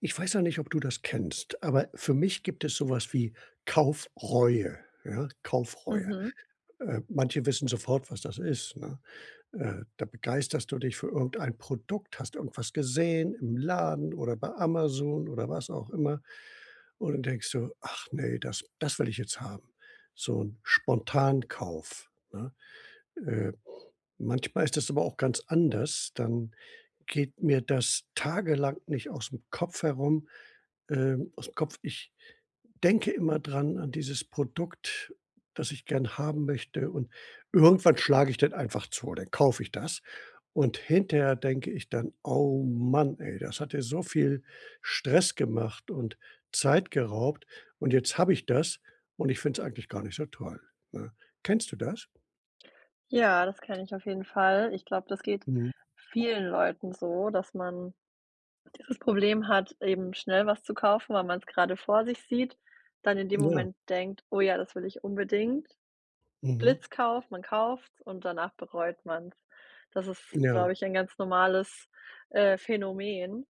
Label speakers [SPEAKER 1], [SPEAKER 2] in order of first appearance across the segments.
[SPEAKER 1] Ich weiß ja nicht, ob du das kennst, aber für mich gibt es sowas wie Kaufreue, ja? Kaufreue.
[SPEAKER 2] Mhm.
[SPEAKER 1] Manche wissen sofort, was das ist, ne? Da begeisterst du dich für irgendein Produkt, hast irgendwas gesehen im Laden oder bei Amazon oder was auch immer, und dann denkst du: „Ach nee, das will ich jetzt haben." So ein Spontankauf, ne? Äh, Manchmal ist das aber auch ganz anders. Dann geht mir das tagelang nicht aus dem Kopf herum, aus dem Kopf. Ich denke immer dran an dieses Produkt, das ich gern haben möchte, und irgendwann schlage ich dann einfach zu, dann kaufe ich das und hinterher denke ich dann: „Oh Mann, ey, das hat ja so viel Stress gemacht und Zeit geraubt, und jetzt habe ich das und ich finde es eigentlich gar nicht so toll", ne? Kennst du das?
[SPEAKER 2] Ja, das kenne ich auf jeden Fall. Ich glaube, das geht
[SPEAKER 1] Mhm.
[SPEAKER 2] vielen Leuten so, dass man dieses Problem hat, eben schnell was zu kaufen, weil man es gerade vor sich sieht, dann in dem
[SPEAKER 1] Ja,
[SPEAKER 2] Moment denkt: „Oh ja, das will ich unbedingt."
[SPEAKER 1] mhm.
[SPEAKER 2] Blitzkauf, man kauft und danach bereut man's. Das ist,
[SPEAKER 1] Ja,
[SPEAKER 2] glaube ich, ein ganz normales, Phänomen.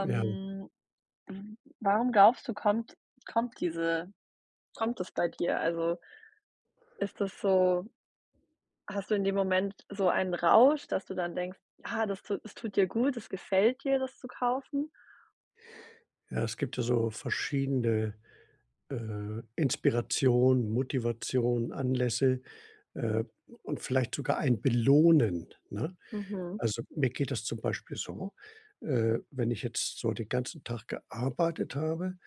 [SPEAKER 1] ja.
[SPEAKER 2] w warum glaubst du, kommt diese kommt es bei dir? Also, ist das so? Hast du in dem Moment so einen Rausch, dass du dann denkst: „Ja, es tut dir gut, es gefällt dir, das zu kaufen?"
[SPEAKER 1] Ja, es gibt ja so verschiedene Inspirationen, Motivationen, Anlässe, äh, und vielleicht sogar ein Belohnen, ne?
[SPEAKER 2] Mhm.
[SPEAKER 1] Also, mir geht das zum Beispiel so: Wenn ich jetzt so den ganzen Tag gearbeitet habe,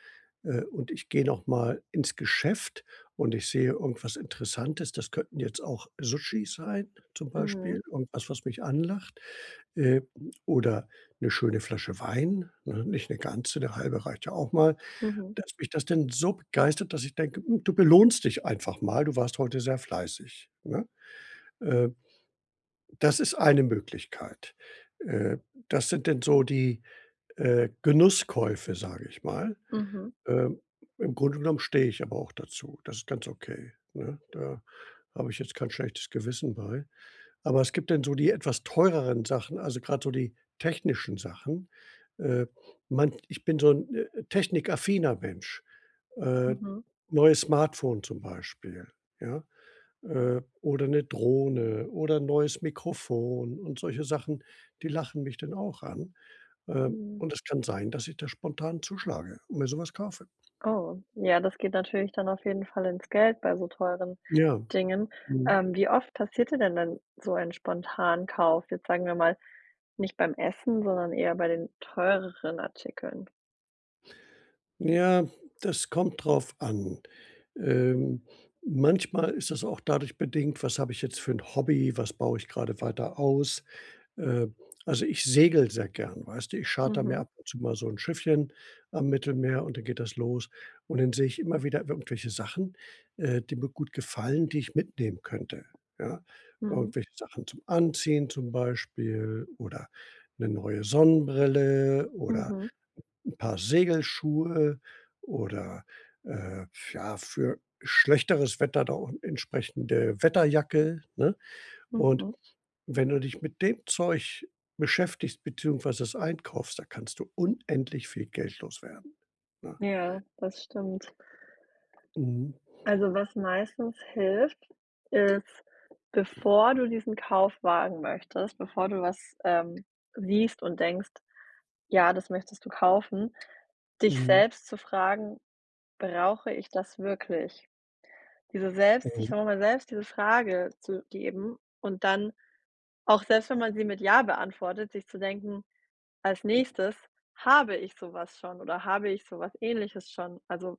[SPEAKER 1] und ich gehe noch mal ins Geschäft und ich sehe irgendwas Interessantes, das könnten jetzt auch Sushi sein zum
[SPEAKER 2] mhm,
[SPEAKER 1] Beispiel, irgendwas, was mich anlacht, äh, oder eine schöne Flasche Wein, ne? Nicht eine ganze, 'ne halbe reicht ja auch mal,
[SPEAKER 2] mhm,
[SPEAKER 1] dass mich das denn so begeistert, dass ich denke: „Hm, du belohnst dich einfach mal, du warst heute sehr fleißig", ne? Äh, Das ist eine Möglichkeit. Äh, Das sind denn so die Genusskäufe, sage ich mal.
[SPEAKER 2] mhm,
[SPEAKER 1] Ähm, Im Grunde genommen stehe ich aber auch dazu. Das ist ganz okay, ne? Da habe ich jetzt kein schlechtes Gewissen bei. Aber es gibt dann so die etwas teureren Sachen, also gerade so die technischen Sachen. Äh, man Ich bin so ein technikaffiner Mensch. Äh,
[SPEAKER 2] mhm.
[SPEAKER 1] Neues Smartphone zum Beispiel, ja? Oder eine Drohne oder ein neues Mikrofon und solche Sachen, die lachen mich dann auch an.
[SPEAKER 2] Mhm.
[SPEAKER 1] Und es kann sein, dass ich da spontan zuschlage und mir so was kaufe.
[SPEAKER 2] Oh, ja, das geht natürlich dann auf jeden Fall ins Geld bei so teuren
[SPEAKER 1] Ja,
[SPEAKER 2] Dingen.
[SPEAKER 1] mhm.
[SPEAKER 2] Wie oft passierte denn dann so ein Spontankauf? Jetzt sagen wir mal, nicht beim Essen, sondern eher bei den teureren Artikeln.
[SPEAKER 1] Ja, das kommt drauf an. Ähm, Manchmal ist das auch dadurch bedingt, was habe ich jetzt für ein Hobby, was baue ich gerade weiter aus. Äh, also, ich segel sehr gern, weißt du? Ich charter mir
[SPEAKER 2] Mhm,
[SPEAKER 1] ab und zu mal so ein Schiffchen am Mittelmeer, und dann geht das los. Und dann sehe ich immer wieder irgendwelche Sachen, die mir gut gefallen, die ich mitnehmen könnte, ja?
[SPEAKER 2] mhm,
[SPEAKER 1] Irgendwelche Sachen zum Anziehen zum Beispiel, oder eine neue Sonnenbrille oder
[SPEAKER 2] mhm,
[SPEAKER 1] Paar Segelschuhe, oder äh, ja, für schlechteres Wetter da auch entsprechende Wetterjacke, ne? Und
[SPEAKER 2] mhm.
[SPEAKER 1] wenn du dich mit dem Zeug beschäftigst beziehungsweise es einkaufst, da kannst du unendlich viel Geld loswerden, ne?
[SPEAKER 2] Ja, das stimmt.
[SPEAKER 1] Mhm,
[SPEAKER 2] Also, was meistens hilft, ist, bevor du diesen Kauf wagen möchtest, bevor du was, siehst und denkst: „Ja, das möchtest du kaufen", dich
[SPEAKER 1] mhm,
[SPEAKER 2] selbst zu fragen: „Brauche ich das wirklich?" Diese selbst sich
[SPEAKER 1] mhm.
[SPEAKER 2] nochmal selbst diese Frage zu geben und dann, auch selbst wenn man sie mit „Ja" beantwortet, sich zu denken: „Als Nächstes, habe ich sowas schon oder habe ich sowas Ähnliches schon?" Also,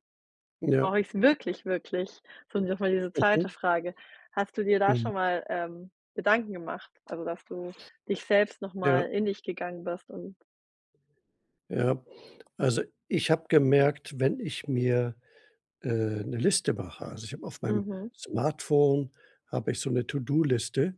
[SPEAKER 1] Ja.
[SPEAKER 2] brauche ich es wirklich, wirklich? So noch mal diese zweite
[SPEAKER 1] Mhm,
[SPEAKER 2] Frage. Hast du dir da
[SPEAKER 1] mhm.
[SPEAKER 2] schon mal, Gedanken gemacht? Also, dass du dich selbst noch
[SPEAKER 1] Ja,
[SPEAKER 2] mal in dich gegangen bist und
[SPEAKER 1] ja. Also, ich habe gemerkt, wenn ich mir 'ne Liste mache. Also, ich habe auf meinem
[SPEAKER 2] mhm.
[SPEAKER 1] Smartphone habe ich so eine To-do-Liste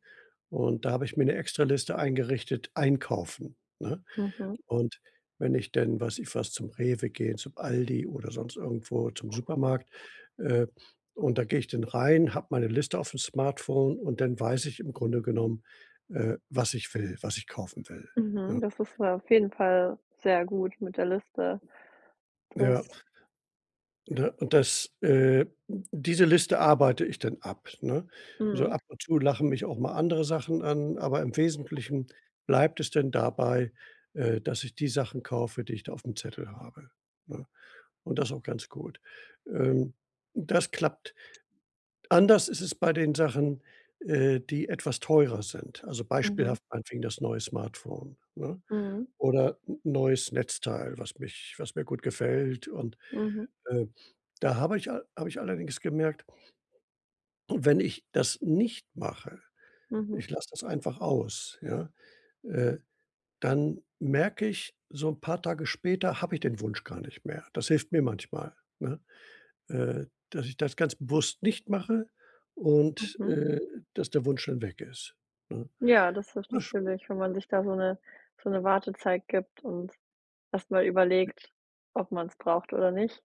[SPEAKER 1] und da habe ich mir eine extra Liste eingerichtet, einkaufen, ne?
[SPEAKER 2] mhm,
[SPEAKER 1] Und wenn ich denn, zum Rewe gehe, zum Aldi oder sonst irgendwo zum Supermarkt, äh, und da gehe ich dann rein, habe meine Liste auf dem Smartphone, und dann weiß ich im Grunde genommen, was ich will, was ich kaufen will, ne?
[SPEAKER 2] mhm. Das ist auf jeden Fall sehr gut mit der Liste.
[SPEAKER 1] Ja.
[SPEAKER 2] Das
[SPEAKER 1] Ne, und das diese Liste arbeite ich dann ab, ne? So
[SPEAKER 2] mhm,
[SPEAKER 1] ab und zu lachen mich auch mal andere Sachen an, aber im Wesentlichen bleibt es denn dabei, dass ich die Sachen kaufe, die ich da auf dem Zettel habe, ne? Und das auch ganz gut. Ähm, Das klappt. Anders ist es bei den Sachen, die etwas teurer sind. Also,
[SPEAKER 2] mhm,
[SPEAKER 1] beispielhaft meinetwegen das neue Smartphone, ne?
[SPEAKER 2] mhm,
[SPEAKER 1] Oder 'n neues Netzteil, was mir gut gefällt, und
[SPEAKER 2] mhm,
[SPEAKER 1] äh, da habe ich allerdings gemerkt, wenn ich das nicht mache,
[SPEAKER 2] mhm,
[SPEAKER 1] ich lasse das einfach aus, ja, äh, dann merke ich, so ein paar Tage später habe ich den Wunsch gar nicht mehr. Das hilft mir manchmal, ne, äh, dass ich das ganz bewusst nicht mache, und
[SPEAKER 2] mhm.
[SPEAKER 1] dass der Wunsch dann weg ist, ne?
[SPEAKER 2] Ja, das ist
[SPEAKER 1] Das-
[SPEAKER 2] natürlich, wenn man sich da so eine Wartezeit gibt und erstmal überlegt, ob man es braucht oder nicht.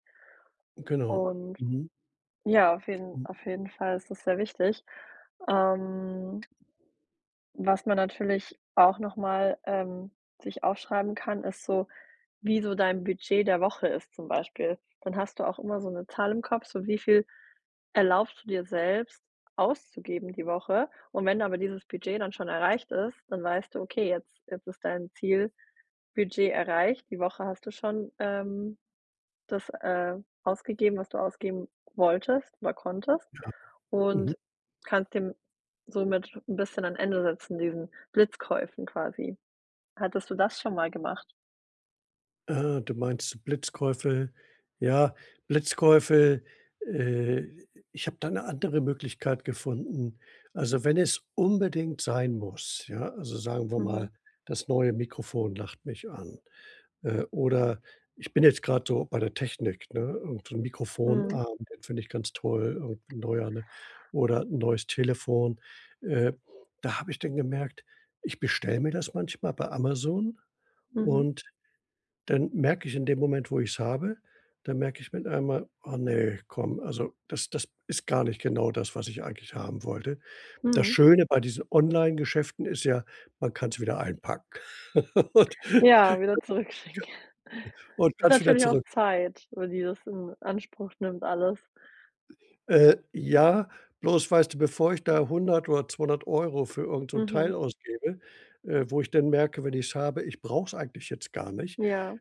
[SPEAKER 1] Genau.
[SPEAKER 2] Und
[SPEAKER 1] Mhm.
[SPEAKER 2] ja, auf jeden
[SPEAKER 1] Mhm.
[SPEAKER 2] auf jeden Fall ist das sehr wichtig. Ähm, was man natürlich auch noch mal, sich aufschreiben kann, ist so, wie so dein Budget der Woche ist zum Beispiel. Dann hast du auch immer so eine Zahl im Kopf, so wie viel erlaubst du dir selbst auszugeben die Woche. Und wenn aber dieses Budget dann schon erreicht ist, dann weißt du: „Okay, jetzt ist dein Zielbudget erreicht. Die Woche hast du schon, das, ausgegeben, was du ausgeben wolltest oder konntest
[SPEAKER 1] Ja. Mhm.
[SPEAKER 2] und kannst dem somit ein bisschen ein Ende setzen, diesen Blitzkäufen quasi. Hattest du das schon mal gemacht?"
[SPEAKER 1] Ah, du meinst Blitzkäufe. Ja, Blitzkäufe, äh, ich habe da eine andere Möglichkeit gefunden. Also, wenn es unbedingt sein muss, ja, also, sagen wir
[SPEAKER 2] Mhm.
[SPEAKER 1] mal, das neue Mikrofon lacht mich an, oder ich bin jetzt gerade so bei der Technik, ne? Irgend so 'n
[SPEAKER 2] Mhm.
[SPEAKER 1] Mikrofonarm, den finde ich ganz toll, irgend 'n neuer, ne? Oder 'n neues Telefon. Äh, Da habe ich dann gemerkt, ich bestelle mir das manchmal bei Amazon,
[SPEAKER 2] Mhm.
[SPEAKER 1] und dann merke ich in dem Moment, wo ich's habe, dann merke ich mit einmal: „Oh nee, komm, also das ist gar nicht genau das, was ich eigentlich haben wollte." Das
[SPEAKER 2] Mhm.
[SPEAKER 1] Schöne bei diesen Online-Geschäften ist ja, man kann's wieder einpacken und
[SPEAKER 2] Ja, wieder zurückschicken.
[SPEAKER 1] und
[SPEAKER 2] Ist
[SPEAKER 1] kann's wieder
[SPEAKER 2] natürlich auch
[SPEAKER 1] zurück,
[SPEAKER 2] Zeit, über die das in Anspruch nimmt alles.
[SPEAKER 1] ja, bloß weißt du, bevor ich da 100 oder 200 Euro für irgend so 'n
[SPEAKER 2] Mhm.
[SPEAKER 1] Teil ausgebe, wo ich dann merke, wenn ich's habe, ich brauch's eigentlich jetzt gar nicht.
[SPEAKER 2] Ja.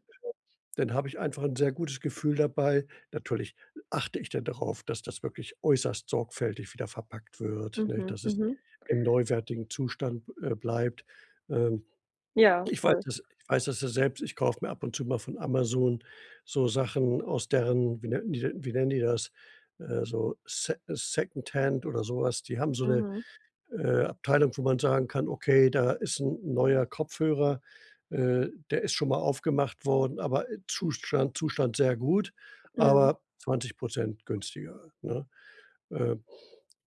[SPEAKER 1] Dann habe ich einfach ein sehr gutes Gefühl dabei. Natürlich achte ich dann darauf, dass das wirklich äußerst sorgfältig wieder verpackt wird, ne,
[SPEAKER 2] Mhm.
[SPEAKER 1] dass es
[SPEAKER 2] Mhm.
[SPEAKER 1] im neuwertigen Zustand bleibt. Ähm,
[SPEAKER 2] Ja,
[SPEAKER 1] ich weiß
[SPEAKER 2] voll.
[SPEAKER 1] das ich weiß das ja selbst, ich kaufe mir ab und zu mal von Amazon so Sachen aus deren, wie nennen die das? So Se Secondhand oder sowas. Die haben so eine
[SPEAKER 2] Mhm.
[SPEAKER 1] Abteilung, wo man sagen kann: „Okay, da ist ein neuer Kopfhörer, der ist schon mal aufgemacht worden, aber, Zustand sehr gut,
[SPEAKER 2] Mhm.
[SPEAKER 1] aber 20 günstiger", ne? Äh,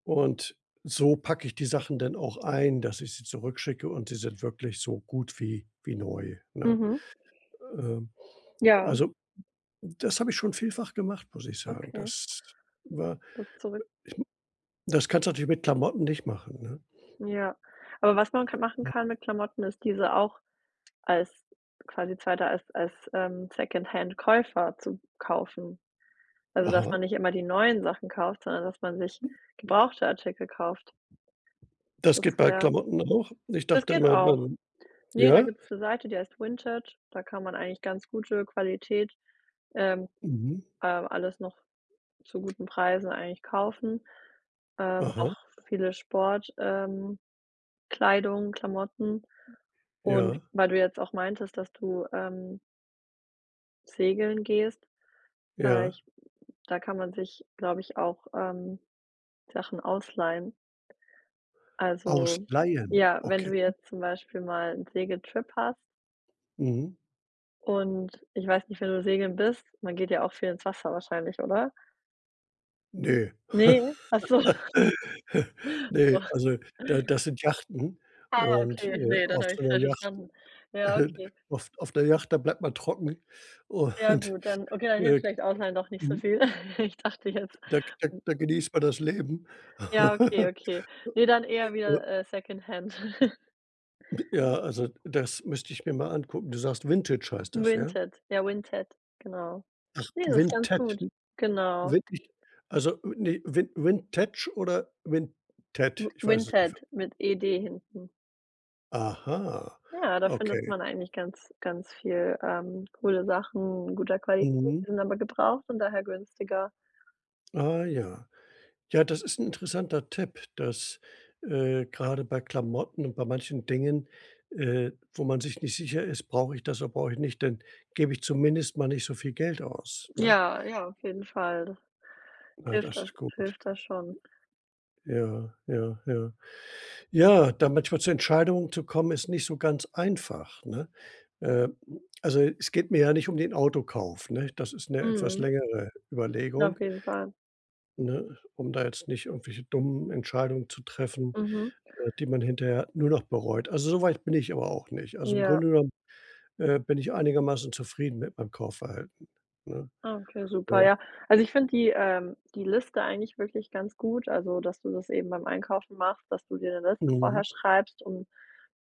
[SPEAKER 1] und so packe ich die Sachen dann auch ein, dass ich sie zurückschicke, und sie sind wirklich so gut wie neu, ne?
[SPEAKER 2] Mhm.
[SPEAKER 1] Ähm,
[SPEAKER 2] Ja,
[SPEAKER 1] also, das habe ich schon vielfach gemacht, muss ich sagen.
[SPEAKER 2] okay,
[SPEAKER 1] War
[SPEAKER 2] das zurück.
[SPEAKER 1] das kannst du natürlich mit Klamotten nicht machen,
[SPEAKER 2] Ja. Aber was man ka machen
[SPEAKER 1] ne?
[SPEAKER 2] kann mit Klamotten, ist, diese auch als quasi zweiter als Secondhand-Käufer zu kaufen. Also, dass
[SPEAKER 1] Aha.
[SPEAKER 2] man nicht immer die neuen Sachen kauft, sondern dass man sich gebrauchte Artikel kauft.
[SPEAKER 1] Das
[SPEAKER 2] Das
[SPEAKER 1] geht bei
[SPEAKER 2] wäre
[SPEAKER 1] Klamotten auch? Ich
[SPEAKER 2] das
[SPEAKER 1] dachte
[SPEAKER 2] geht
[SPEAKER 1] immer,
[SPEAKER 2] auch.
[SPEAKER 1] man,
[SPEAKER 2] Ne, da
[SPEAKER 1] ja?
[SPEAKER 2] gibt's 'ne Seite, die heißt Vinted. Da kann man eigentlich ganz gute Qualität, ähm,
[SPEAKER 1] Mhm.
[SPEAKER 2] alles noch zu guten Preisen eigentlich kaufen. Auch
[SPEAKER 1] Aha.
[SPEAKER 2] viele Sport, Kleidung, Klamotten. Und
[SPEAKER 1] Ja,
[SPEAKER 2] weil du jetzt auch meintest, dass du, segeln gehst, äh,
[SPEAKER 1] ja.
[SPEAKER 2] ich da kann man sich, glaube ich, auch, Sachen ausleihen. Also,
[SPEAKER 1] Ausleihen,
[SPEAKER 2] ja, wenn
[SPEAKER 1] okay.
[SPEAKER 2] du jetzt zum Beispiel mal 'n Segeltrip hast
[SPEAKER 1] Mhm.
[SPEAKER 2] und ich weiß nicht, wenn du segeln bist, man geht ja auch viel ins Wasser wahrscheinlich, oder?
[SPEAKER 1] Ne.
[SPEAKER 2] Nee. Ach so.
[SPEAKER 1] Ne, also da das sind Yachten
[SPEAKER 2] Ah,
[SPEAKER 1] und,
[SPEAKER 2] okay, nee, dann
[SPEAKER 1] auf
[SPEAKER 2] habe
[SPEAKER 1] so
[SPEAKER 2] ich's falsch
[SPEAKER 1] 'ner Yacht,
[SPEAKER 2] verstanden. Ja,
[SPEAKER 1] äh,
[SPEAKER 2] okay.
[SPEAKER 1] auf 'ner Yacht, da bleibt man trocken,
[SPEAKER 2] Ja
[SPEAKER 1] und
[SPEAKER 2] gut, dann okay, dann hilft
[SPEAKER 1] äh,
[SPEAKER 2] vielleicht Ausleihen doch nicht so
[SPEAKER 1] hm,
[SPEAKER 2] viel. Ich dachte jetzt,
[SPEAKER 1] da genießt man das Leben.
[SPEAKER 2] ja, okay, okay. Ne, dann eher wieder, Secondhand.
[SPEAKER 1] Ja, also das müsste ich mir mal angucken. Du sagst Vintage heißt das, ja?
[SPEAKER 2] Vinted, ja, Vinted, genau.
[SPEAKER 1] Ach,
[SPEAKER 2] Ne, das ist ganz
[SPEAKER 1] Vinted.
[SPEAKER 2] gut. Genau.
[SPEAKER 1] Vintage, also, ne, Vintage oder Vinted? Ich weiß es nicht.
[SPEAKER 2] Vinted mit ed hinten.
[SPEAKER 1] Aha,
[SPEAKER 2] Ja, da findet
[SPEAKER 1] okay.
[SPEAKER 2] man eigentlich ganz viel, coole Sachen in guter Qualität,
[SPEAKER 1] Mhm.
[SPEAKER 2] die sind aber gebraucht und daher günstiger.
[SPEAKER 1] Ah ja. Ja, das ist 'n interessanter Tipp, dass grade bei Klamotten und bei manchen Dingen, wo man sich nicht sicher ist: „Brauche ich das oder brauche ich nicht?" Dann gebe ich zumindest mal nicht so viel Geld aus, ne?
[SPEAKER 2] Ja, ja, auf jeden Fall. Das
[SPEAKER 1] Ah, das ist gut.
[SPEAKER 2] hilft da schon.
[SPEAKER 1] Ja, ja, ja. Ja, da manchmal zu Entscheidungen zu kommen, ist nicht so ganz einfach, ne? Äh, also, es geht mir ja nicht um den Autokauf, ne? Das ist eine etwas
[SPEAKER 2] Mhm,
[SPEAKER 1] längere Überlegung,
[SPEAKER 2] auf jeden Fall.
[SPEAKER 1] ne, um da jetzt nicht irgendwelche dummen Entscheidungen zu treffen,
[SPEAKER 2] Mhm,
[SPEAKER 1] die man hinterher nur noch bereut. Also, so weit bin ich aber auch nicht. Also, im
[SPEAKER 2] ja.
[SPEAKER 1] Grunde genommen bin ich einigermaßen zufrieden mit meinem Kaufverhalten, ne?
[SPEAKER 2] Ah, okay, super,
[SPEAKER 1] Äh,
[SPEAKER 2] ja. Also, ich finde die, die Liste eigentlich wirklich ganz gut, also, dass du das eben beim Einkaufen machst, dass du dir eine Liste
[SPEAKER 1] mhm,
[SPEAKER 2] vorher schreibst und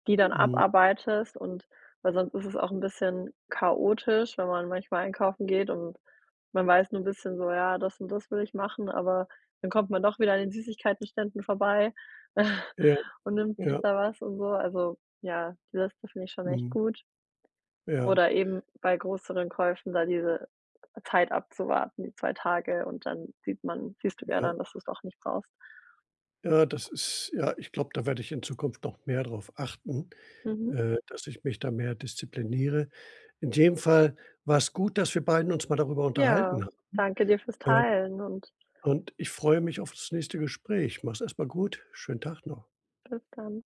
[SPEAKER 2] die dann
[SPEAKER 1] mhm,
[SPEAKER 2] abarbeitest, und weil sonst ist es auch ein bisschen chaotisch, wenn man manchmal einkaufen geht und man weiß nur ein bisschen so: „Ja, das und das will ich machen", aber dann kommt man doch wieder an den Süßigkeitenständen vorbei
[SPEAKER 1] ja,
[SPEAKER 2] und nimmt
[SPEAKER 1] ja,
[SPEAKER 2] sich da was und so. Also, ja, die Liste finde ich schon echt
[SPEAKER 1] mhm,
[SPEAKER 2] gut.
[SPEAKER 1] ja,
[SPEAKER 2] Oder eben bei größeren Käufen da diese Zeit abzuwarten, die 2 Tage, und dann sieht man siehst du ja
[SPEAKER 1] ja.
[SPEAKER 2] dann, dass du's doch nicht brauchst.
[SPEAKER 1] Ja, das ist ja, ich glaube, da werde ich in Zukunft noch mehr darauf achten,
[SPEAKER 2] Mhm.
[SPEAKER 1] dass ich mich da mehr diszipliniere. In dem Fall war es gut, dass wir beiden uns mal darüber
[SPEAKER 2] Ja,
[SPEAKER 1] unterhalten haben,
[SPEAKER 2] danke dir fürs
[SPEAKER 1] ähm,
[SPEAKER 2] Teilen und
[SPEAKER 1] und ich freue mich auf das nächste Gespräch. Mach's erst mal gut. Schönen Tag noch.
[SPEAKER 2] bis dann.